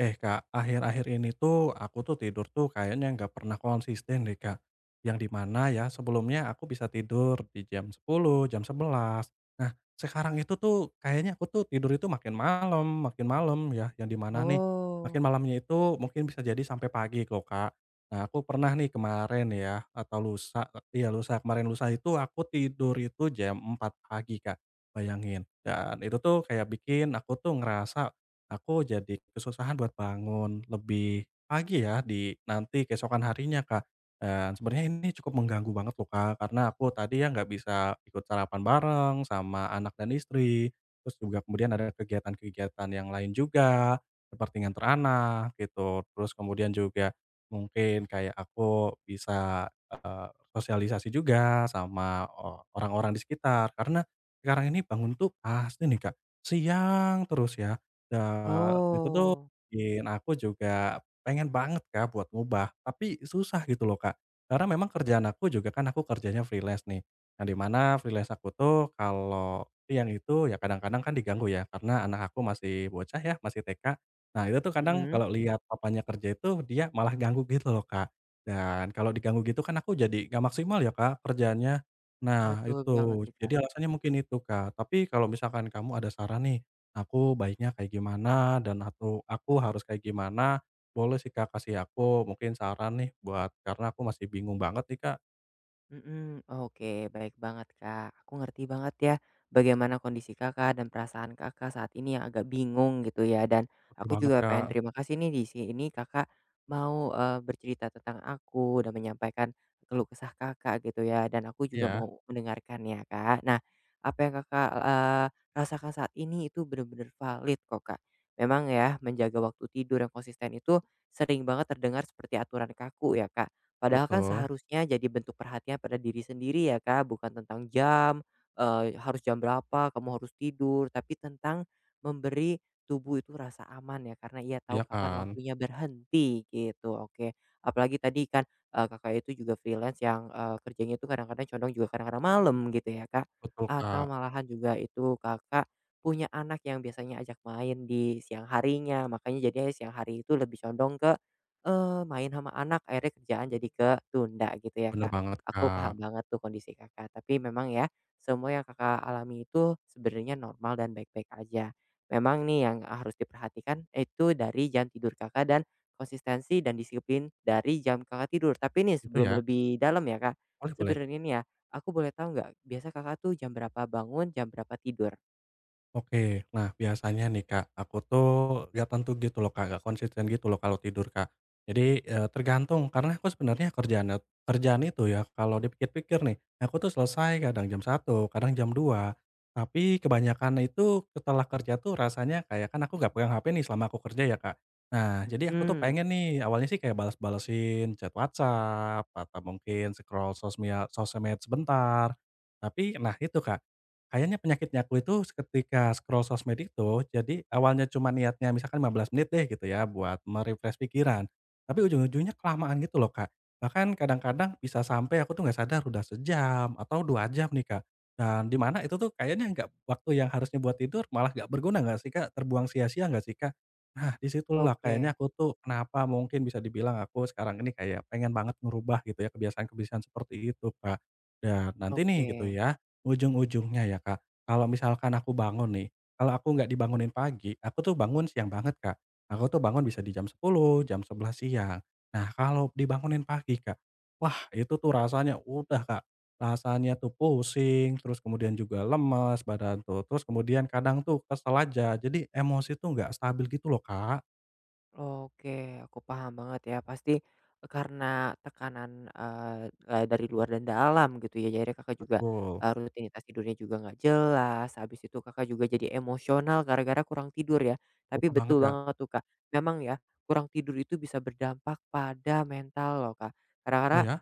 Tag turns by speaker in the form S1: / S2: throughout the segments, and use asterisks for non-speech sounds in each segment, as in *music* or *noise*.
S1: Eh Kak, akhir-akhir ini tuh aku tuh tidur tuh kayaknya nggak pernah konsisten deh, Kak. Yang di mana ya sebelumnya aku bisa tidur di jam 10, jam 11. Nah sekarang itu tuh kayaknya aku tuh tidur itu makin malam ya. Yang di mana nih makin
S2: Oh
S1: malamnya itu mungkin bisa jadi sampai pagi loh, Kak. Nah aku pernah nih kemarin ya atau lusa, iya lusa kemarin lusa itu aku tidur itu jam 4 pagi, Kak. Bayangin. Dan itu tuh kayak bikin aku tuh ngerasa. Aku jadi kesusahan buat bangun lebih pagi ya di nanti keesokan harinya, Kak. Dan sebenarnya ini cukup mengganggu banget loh, Kak, karena aku tadi ya nggak bisa ikut sarapan bareng sama anak dan istri, terus juga kemudian ada kegiatan-kegiatan yang lain juga, seperti nganter anak gitu. Terus kemudian juga mungkin kayak aku bisa, sosialisasi juga sama orang-orang di sekitar, karena sekarang ini bangun tuh pasti nih, Kak, siang terus ya. Itu tuh
S2: oh,
S1: bikin aku juga pengen banget, Kak, buat ngubah, tapi susah gitu loh, Kak. Karena memang kerjaan aku juga kan aku kerjanya freelance nih, yang di mana freelance aku tuh kalau siang itu ya kadang-kadang kan diganggu ya, karena anak aku masih bocah ya, masih TK. Nah itu tuh kadang
S2: mhm,
S1: kalau lihat papanya kerja itu dia malah ganggu gitu loh, Kak, dan kalau diganggu gitu kan aku jadi nggak maksimal ya, Kak, kerjaannya. Nah
S2: betul banget
S1: itu,
S2: sih, Kak.
S1: jadi alasannya mungkin itu, Kak, tapi kalau misalkan kamu ada saran nih, aku baiknya kayak gimana dan atau aku harus kayak gimana, boleh sih, Kak, kasih aku mungkin saran nih buat karena aku masih bingung banget nih, Kak.
S2: Mhm, oke baik banget, Kak. Aku ngerti banget ya bagaimana kondisi Kakak dan perasaan Kakak saat ini yang agak bingung gitu ya dan
S1: Betul
S2: aku
S1: banget,
S2: juga
S1: Kak.
S2: pengen terima kasih nih di sini Kakak mau, bercerita tentang aku dan menyampaikan keluh kesah Kakak gitu ya dan aku juga
S1: Iya.
S2: mau mendengarkan ya, Kak. Nah, apa yang Kakak, rasakan saat ini itu benar benar valid kok, Kak. Memang ya menjaga waktu tidur yang konsisten itu sering banget terdengar seperti aturan kaku ya, Kak. Padahal kan
S1: Betul.
S2: seharusnya jadi bentuk perhatian pada diri sendiri ya Kak, bukan tentang jam, harus jam berapa kamu harus tidur, tapi tentang memberi tubuh itu rasa aman ya, karena ia
S1: Iya,
S2: tahu kapan
S1: kan?
S2: waktunya berhenti gitu, oke. Apalagi tadi kan, Kakak itu juga freelance yang, kerjanya itu kadang-kadang condong juga kadang-kadang malam gitu ya Kak,
S1: Betul,
S2: atau
S1: Kak.
S2: malahan juga itu Kakak punya anak yang biasanya ajak main di siang harinya, makanya jadinya siang hari itu lebih condong ke main sama anak akhirnya kerjaan jadi ketunda gitu ya,
S1: Bener
S2: Kak.
S1: banget,
S2: Aku
S1: Kak.
S2: paham banget tuh kondisi Kakak, tapi memang ya semua yang Kakak alami itu sebenarnya normal dan baik-baik aja. Memang nih yang harus diperhatikan itu dari jam tidur Kakak dan konsistensi dan disiplin dari jam Kakak tidur. Tapi nih
S1: Itu
S2: sebelum
S1: ya?
S2: lebih dalam ya, Kak,
S1: Boleh, boleh.
S2: sebenarnya nih ya, aku boleh tahu nggak biasa Kakak tuh jam berapa bangun, jam berapa tidur?
S1: Oke. Nah, biasanya nih, Kak, aku tuh gak tentu gitu loh, Kak, gak konsisten gitu loh kalau tidur, Kak. Jadi, tergantung karena aku sebenarnya kerjaan kerjaan itu ya kalau dipikir-pikir nih, aku tuh selesai kadang jam 1, kadang jam 2. Tapi kebanyakan itu setelah kerja tuh rasanya kayak kan aku gak pegang HP nih selama aku kerja ya, Kak. Nah, jadi aku tuh
S2: Mhm,
S1: pengen nih awalnya sih kayak balesin chat WhatsApp atau mungkin scroll sosmed sosmed sebentar. Tapi nah itu, Kak, kayaknya penyakitnya aku itu ketika scroll sosmed itu, jadi awalnya cuma niatnya misalkan 15 menit deh gitu ya buat merefresh pikiran, tapi ujung-ujungnya kelamaan gitu loh, Kak. Bahkan kadang-kadang bisa sampai aku tuh nggak sadar udah sejam atau 2 jam nih, Kak. Dan di mana itu tuh kayaknya nggak waktu yang harusnya buat tidur malah nggak berguna nggak sih, Kak? Terbuang sia-sia nggak sih, Kak? Nah, di situlah
S2: oke
S1: kayaknya aku tuh kenapa mungkin bisa dibilang aku sekarang ini kayak pengen banget ngerubah gitu ya kebiasaan-kebiasaan seperti itu, Kak. Dan nanti nih
S2: oke.
S1: gitu ya ujung-ujungnya ya, Kak, kalau misalkan aku bangun nih, kalau aku nggak dibangunin pagi, aku tuh bangun siang banget, Kak. Aku tuh bangun bisa di jam sepuluh, jam 11.00 siang. Nah, kalau dibangunin pagi, Kak, wah itu tuh rasanya udah, Kak, rasanya tuh pusing, terus kemudian juga lemas badan tuh, terus kemudian kadang tuh kesel aja. Jadi emosi tuh nggak stabil gitu loh, Kak.
S2: Oke, aku paham banget ya. Pasti karena tekanan, eee, eee, dari luar dan dalam gitu ya, jadi Kakak juga,
S1: Betul.
S2: rutinitas tidurnya juga nggak jelas, habis itu Kakak juga jadi emosional gara-gara kurang tidur ya. Tapi
S1: Betul banget,
S2: betul
S1: Kak.
S2: banget tuh, Kak, memang ya kurang tidur itu bisa berdampak pada mental loh, Kak. Karena
S1: Oh
S2: kadang
S1: ya?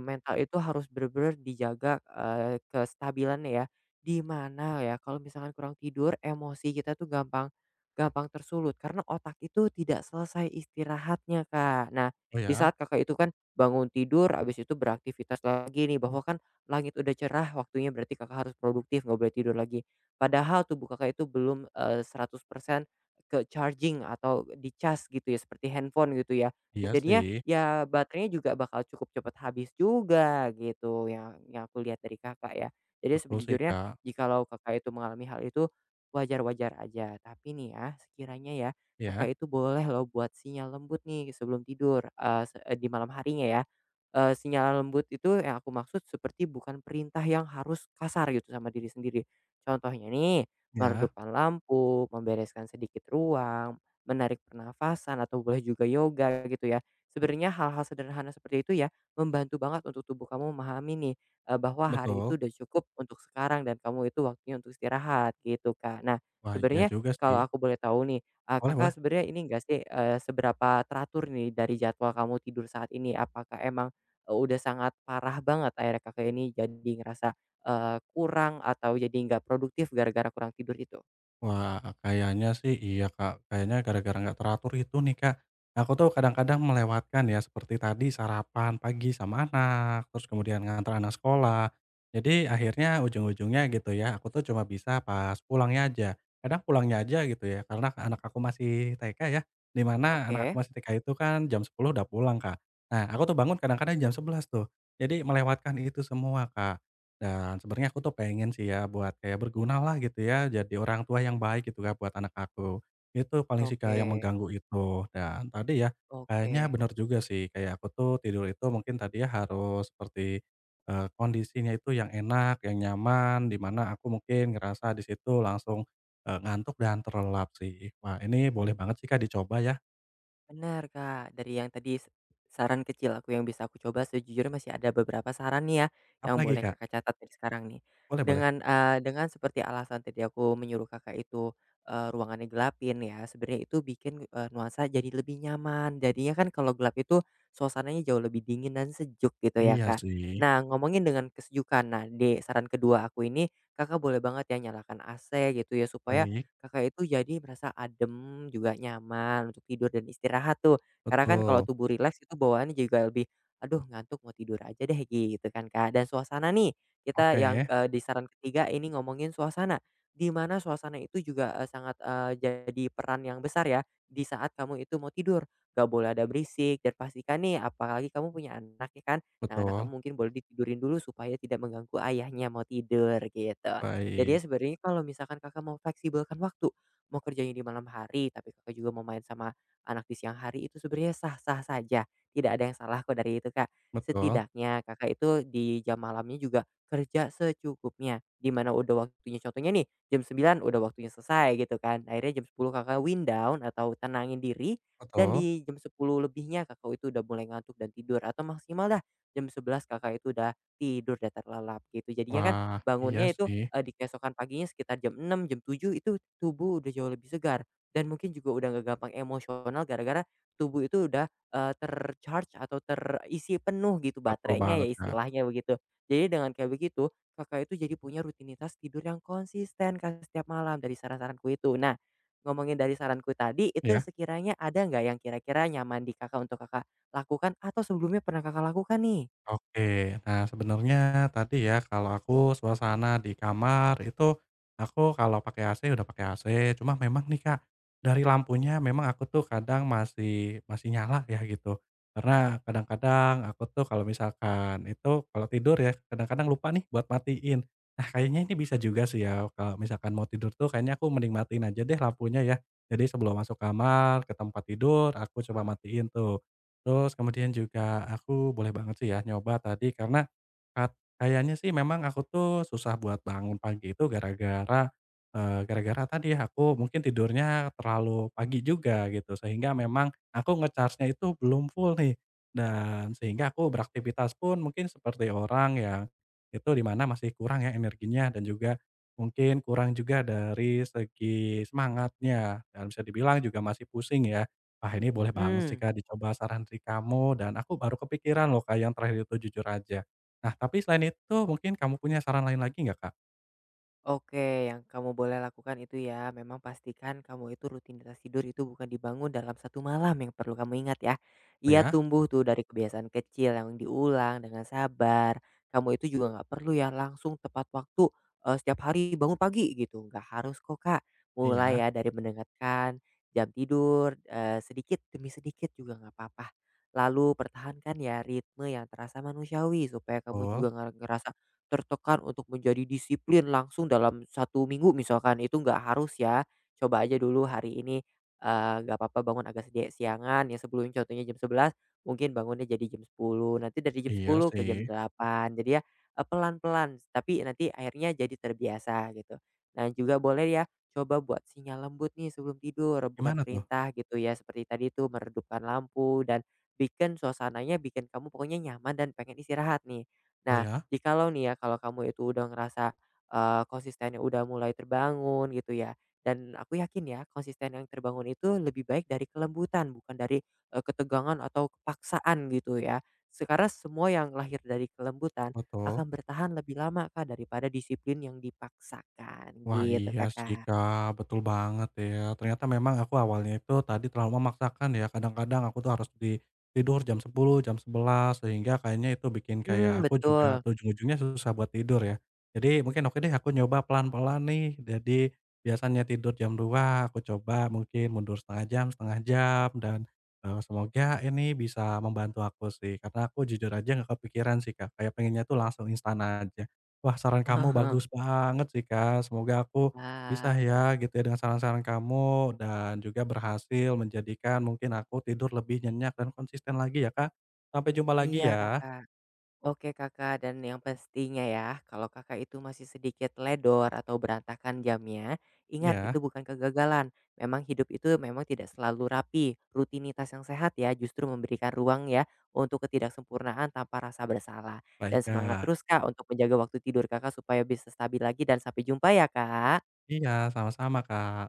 S2: mental itu harus benar-benar dijaga, kestabilannya ya. Di mana ya kalau misalkan kurang tidur, emosi kita tuh gampang Gampang tersulut karena otak itu tidak selesai istirahatnya, Kak. Nah,
S1: Oh
S2: di
S1: ya?
S2: saat Kakak itu kan bangun tidur habis itu beraktivitas lagi nih bahwa kan langit udah cerah waktunya berarti Kakak harus produktif nggak boleh tidur lagi. Padahal tubuh Kakak itu belum, 100% ke-charging atau dicas gitu ya seperti handphone gitu ya.
S1: Iya
S2: Jadinya
S1: sih.
S2: ya baterainya juga bakal cukup cepat habis juga gitu yang aku lihat dari Kakak ya. Jadi
S1: Betul sih,
S2: sejujurnya
S1: Kak.
S2: jikalau Kakak itu mengalami hal itu wajar-wajar aja. Tapi nih ya, sekiranya ya, Kakak
S1: Ya.
S2: itu boleh loh buat sinyal lembut nih sebelum tidur, di malam harinya ya. Sinyal lembut itu yang aku maksud seperti bukan perintah yang harus kasar gitu sama diri sendiri. Contohnya nih,
S1: Ya.
S2: meredupkan lampu, membereskan sedikit ruang, menarik pernafasan atau boleh juga yoga gitu ya. Sebenarnya hal-hal sederhana seperti itu ya, membantu banget untuk tubuh kamu memahami nih bahwa hari
S1: Betul.
S2: itu udah cukup untuk sekarang dan kamu itu waktunya untuk istirahat gitu, Kak. Nah,
S1: Wah, iya
S2: sebenarnya
S1: juga sih.
S2: kalau aku boleh tahu nih,
S1: Boleh,
S2: Kakak
S1: boleh.
S2: sebenarnya ini enggak sih, seberapa teratur nih dari jadwal kamu tidur saat ini? Apakah emang, udah sangat parah banget akhirnya Kakak ini jadi ngerasa, kurang atau jadi nggak produktif gara-gara kurang tidur itu?
S1: Wah, kayaknya sih iya, Kak. Kayaknya gara-gara nggak teratur itu nih, Kak, aku tuh kadang-kadang melewatkan ya seperti tadi sarapan pagi sama anak, terus kemudian ngantar anak sekolah. Jadi akhirnya ujung-ujungnya gitu ya, aku tuh cuma bisa pas pulangnya aja. Kadang pulangnya aja gitu ya, karena anak aku masih TK ya, di mana anak
S2: Oke
S1: aku masih TK itu kan jam 10 udah pulang, Kak. Nah, aku tuh bangun kadang-kadang jam 11 tuh. Jadi melewatkan itu semua, Kak. Dan sebenarnya aku tuh pengen sih ya buat kayak berguna lah gitu ya, jadi orang tua yang baik gitu kan buat anak aku. Itu paling sih, Kak,
S2: oke
S1: yang mengganggu itu. Dan tadi ya, kayaknya
S2: oke.
S1: benar juga sih, kayak aku tuh tidur itu mungkin tadi ya harus seperti, kondisinya itu yang enak, yang nyaman, di mana aku mungkin ngerasa di situ langsung, ngantuk dan terlelap sih. Wah, ini boleh banget sih, Kak, dicoba ya.
S2: Benar Kak, dari yang tadi s saran kecil aku yang bisa aku coba sejujurnya masih ada beberapa saran nih ya, yang
S1: Apalagi,
S2: boleh
S1: Kak?
S2: Kakak catat dari sekarang nih.
S1: Boleh, boleh.
S2: Dengan seperti alasan tadi aku menyuruh Kakak itu, ruangannya gelapin ya, sebenarnya itu bikin, nuansa jadi lebih nyaman. Jadinya kan kalau gelap itu suasananya jauh lebih dingin dan sejuk gitu ya,
S1: Iya
S2: Kak.
S1: sih.
S2: Nah, ngomongin dengan kesejukan, nah di saran kedua aku ini Kakak boleh banget ya nyalakan AC gitu ya supaya
S1: Baik.
S2: Kakak itu jadi merasa adem, juga nyaman untuk tidur dan istirahat tuh. Karena kan kalau
S1: Betul.
S2: tubuh rileks itu bawaannya juga lebih, "Aduh ngantuk mau tidur aja deh," gitu kan, Kak. Dan suasana nih, kita yang,
S1: Oke.
S2: di saran ketiga ini ngomongin suasana, di mana suasana itu juga, sangat, jadi peran yang besar ya di saat kamu itu mau tidur. Gak boleh ada berisik dan pastikan nih apalagi kamu punya anak ya kan. Nah anak kamu
S1: Betul.
S2: mungkin boleh ditidurin dulu supaya tidak mengganggu ayahnya mau tidur gitu. Jadinya
S1: Baik.
S2: sebenarnya kalau misalkan Kakak mau fleksibelkan waktu, mau kerjanya di malam hari, tapi Kakak juga mau main sama anak di siang hari itu sebenarnya sah-sah saja, tidak ada yang salah kok dari itu, Kak.
S1: Betul.
S2: Setidaknya Kakak itu di jam malamnya juga kerja secukupnya, dimana udah waktunya contohnya nih, jam sembilan udah waktunya selesai gitu kan, akhirnya jam sepuluh Kakak wind down atau tenangin diri, dan
S1: Betul.
S2: di jam sepuluh lebihnya Kakak itu udah mulai ngantuk dan tidur, atau maksimal dah jam sebelas Kakak itu udah tidur dan terlelap gitu. Jadinya kan
S1: Wah, iya
S2: bangunnya itu
S1: sih.
S2: di keesokan paginya sekitar jam 6 jam 7 itu tubuh udah jauh lebih segar dan mungkin juga udah nggak gampang emosional gara-gara tubuh itu udah, eee, ter atau terisi penuh gitu
S1: Betul
S2: baterainya ya
S1: banget, Kak.
S2: istilahnya begitu. Jadi dengan kayak begitu, Kakak itu jadi punya rutinitas tidur yang konsisten, Kak, setiap malam dari saran-saranku itu. Nah, ngomongin dari saranku tadi, itu
S1: Ya.
S2: sekiranya ada nggak yang kira-kira nyaman di Kakak untuk Kakak lakukan atau sebelumnya pernah Kakak lakukan nih?
S1: Oke. Nah, sebenarnya tadi ya, kalau aku suasana di kamar itu, aku kalau pakai AC udah pakai AC, cuma memang nih, Kak, dari lampunya memang aku tuh kadang masih masih nyala ya gitu. Karena kadang-kadang aku tuh kalau misalkan itu kalau tidur ya, kadang-kadang lupa nih buat matiin. Nah, kayaknya ini bisa juga sih ya, kalau misalkan mau tidur tuh kayaknya aku mending matiin aja deh lampunya ya. Jadi sebelum masuk kamar, ke tempat tidur, aku coba matiin tuh. Terus kemudian juga aku boleh banget sih ya nyoba tadi karena kat kayaknya sih memang aku tuh susah buat bangun pagi itu gara-gara tadi aku mungkin tidurnya terlalu pagi juga gitu sehingga memang aku ngecharge nya itu belum full nih dan sehingga aku beraktivitas pun mungkin seperti orang yang itu di mana masih kurang ya energinya dan juga mungkin kurang juga dari segi semangatnya dan bisa dibilang juga masih pusing ya. Wah, ini boleh banget sih,
S2: Mhm.
S1: Kak, dicoba saran dari kamu dan aku baru kepikiran loh, Kak, yang terakhir itu jujur aja. Nah, tapi selain itu mungkin kamu punya saran lain lagi nggak, Kak?
S2: Oke, yang kamu boleh lakukan itu ya, memang pastikan kamu itu rutinitas tidur itu bukan dibangun dalam satu malam yang perlu kamu ingat ya.
S1: Oh
S2: Ia
S1: ya?
S2: tumbuh tuh dari kebiasaan kecil yang diulang dengan sabar. Kamu itu juga nggak perlu ya langsung tepat waktu eh, setiap hari bangun pagi gitu. Nggak harus kok kak.
S1: Iya,
S2: Mulai ya dari mendekatkan jam tidur eh, sedikit demi sedikit juga nggak apa-apa. Lalu pertahankan ya ritme yang terasa manusiawi supaya kamu
S1: betul.
S2: juga nggak ngerasa tertekan untuk menjadi disiplin langsung dalam satu minggu misalkan, itu nggak harus ya. Coba aja dulu hari ini, nggak apa-apa bangun agak sedek siangan, ya sebelumnya contohnya jam sebelas mungkin bangunnya jadi jam sepuluh nanti dari jam
S1: Iya
S2: sepuluh ke jam
S1: sih.
S2: delapan jadi ya, pelan-pelan, tapi nanti akhirnya jadi terbiasa gitu. Nah juga boleh ya, coba buat sinyal lembut nih sebelum tidur, bukan
S1: Gimana tuh?
S2: perintah gitu ya, seperti tadi tuh meredupkan lampu dan bikin suasananya bikin kamu pokoknya nyaman dan pengen istirahat nih.
S1: Oh
S2: Nah
S1: ya?
S2: jikalau nih ya, kalau kamu itu udah ngerasa, konsistennya udah mulai terbangun gitu ya, dan aku yakin ya konsisten yang terbangun itu lebih baik dari kelembutan bukan dari, ketegangan atau kepaksaan gitu ya. Sekarang semua yang lahir dari kelembutan
S1: Betul.
S2: akan bertahan lebih lama Kak daripada disiplin yang dipaksakan
S1: Wah,
S2: gitu
S1: iya sih,
S2: Kakak.
S1: Kak, betul banget ya. Ternyata memang aku awalnya itu tadi terlalu memaksakan ya, kadang-kadang aku tuh harus di tidur jam 10, jam 11, sehingga kayaknya itu bikin kayak
S2: Mhm,
S1: aku juga
S2: betul.
S1: tuh ujung-ujungnya susah buat tidur ya. Jadi mungkin oke deh aku nyoba pelan-pelan nih, jadi biasanya tidur jam 2, aku coba mungkin mundur setengah jam, dan semoga ini bisa membantu aku sih, karena aku jujur aja nggak kepikiran sih, Kak, kayak pengennya tuh langsung instan aja. Wah, saran kamu bagus
S2: *laughs*
S1: banget sih, Kak. Semoga aku bisa
S2: Wah,
S1: ya gitu ya dengan saran-saran kamu dan juga berhasil menjadikan mungkin aku tidur lebih nyenyak dan konsisten lagi ya, Kak. Sampai jumpa lagi
S2: iya
S1: ya.
S2: Kakak. Oke Kakak, dan yang pastinya ya, kalau Kakak itu masih sedikit ledor atau berantakan jamnya, ingat itu
S1: Ya,
S2: bukan kegagalan. Memang hidup itu memang tidak selalu rapi. Rutinitas yang sehat ya justru memberikan ruang ya untuk ketidaksempurnaan tanpa rasa bersalah. Dan
S1: baik,
S2: semangat
S1: Kak.
S2: terus Kak untuk menjaga waktu tidur Kakak supaya bisa stabil lagi dan sampai jumpa ya Kak.
S1: Iya, sama-sama, Kak.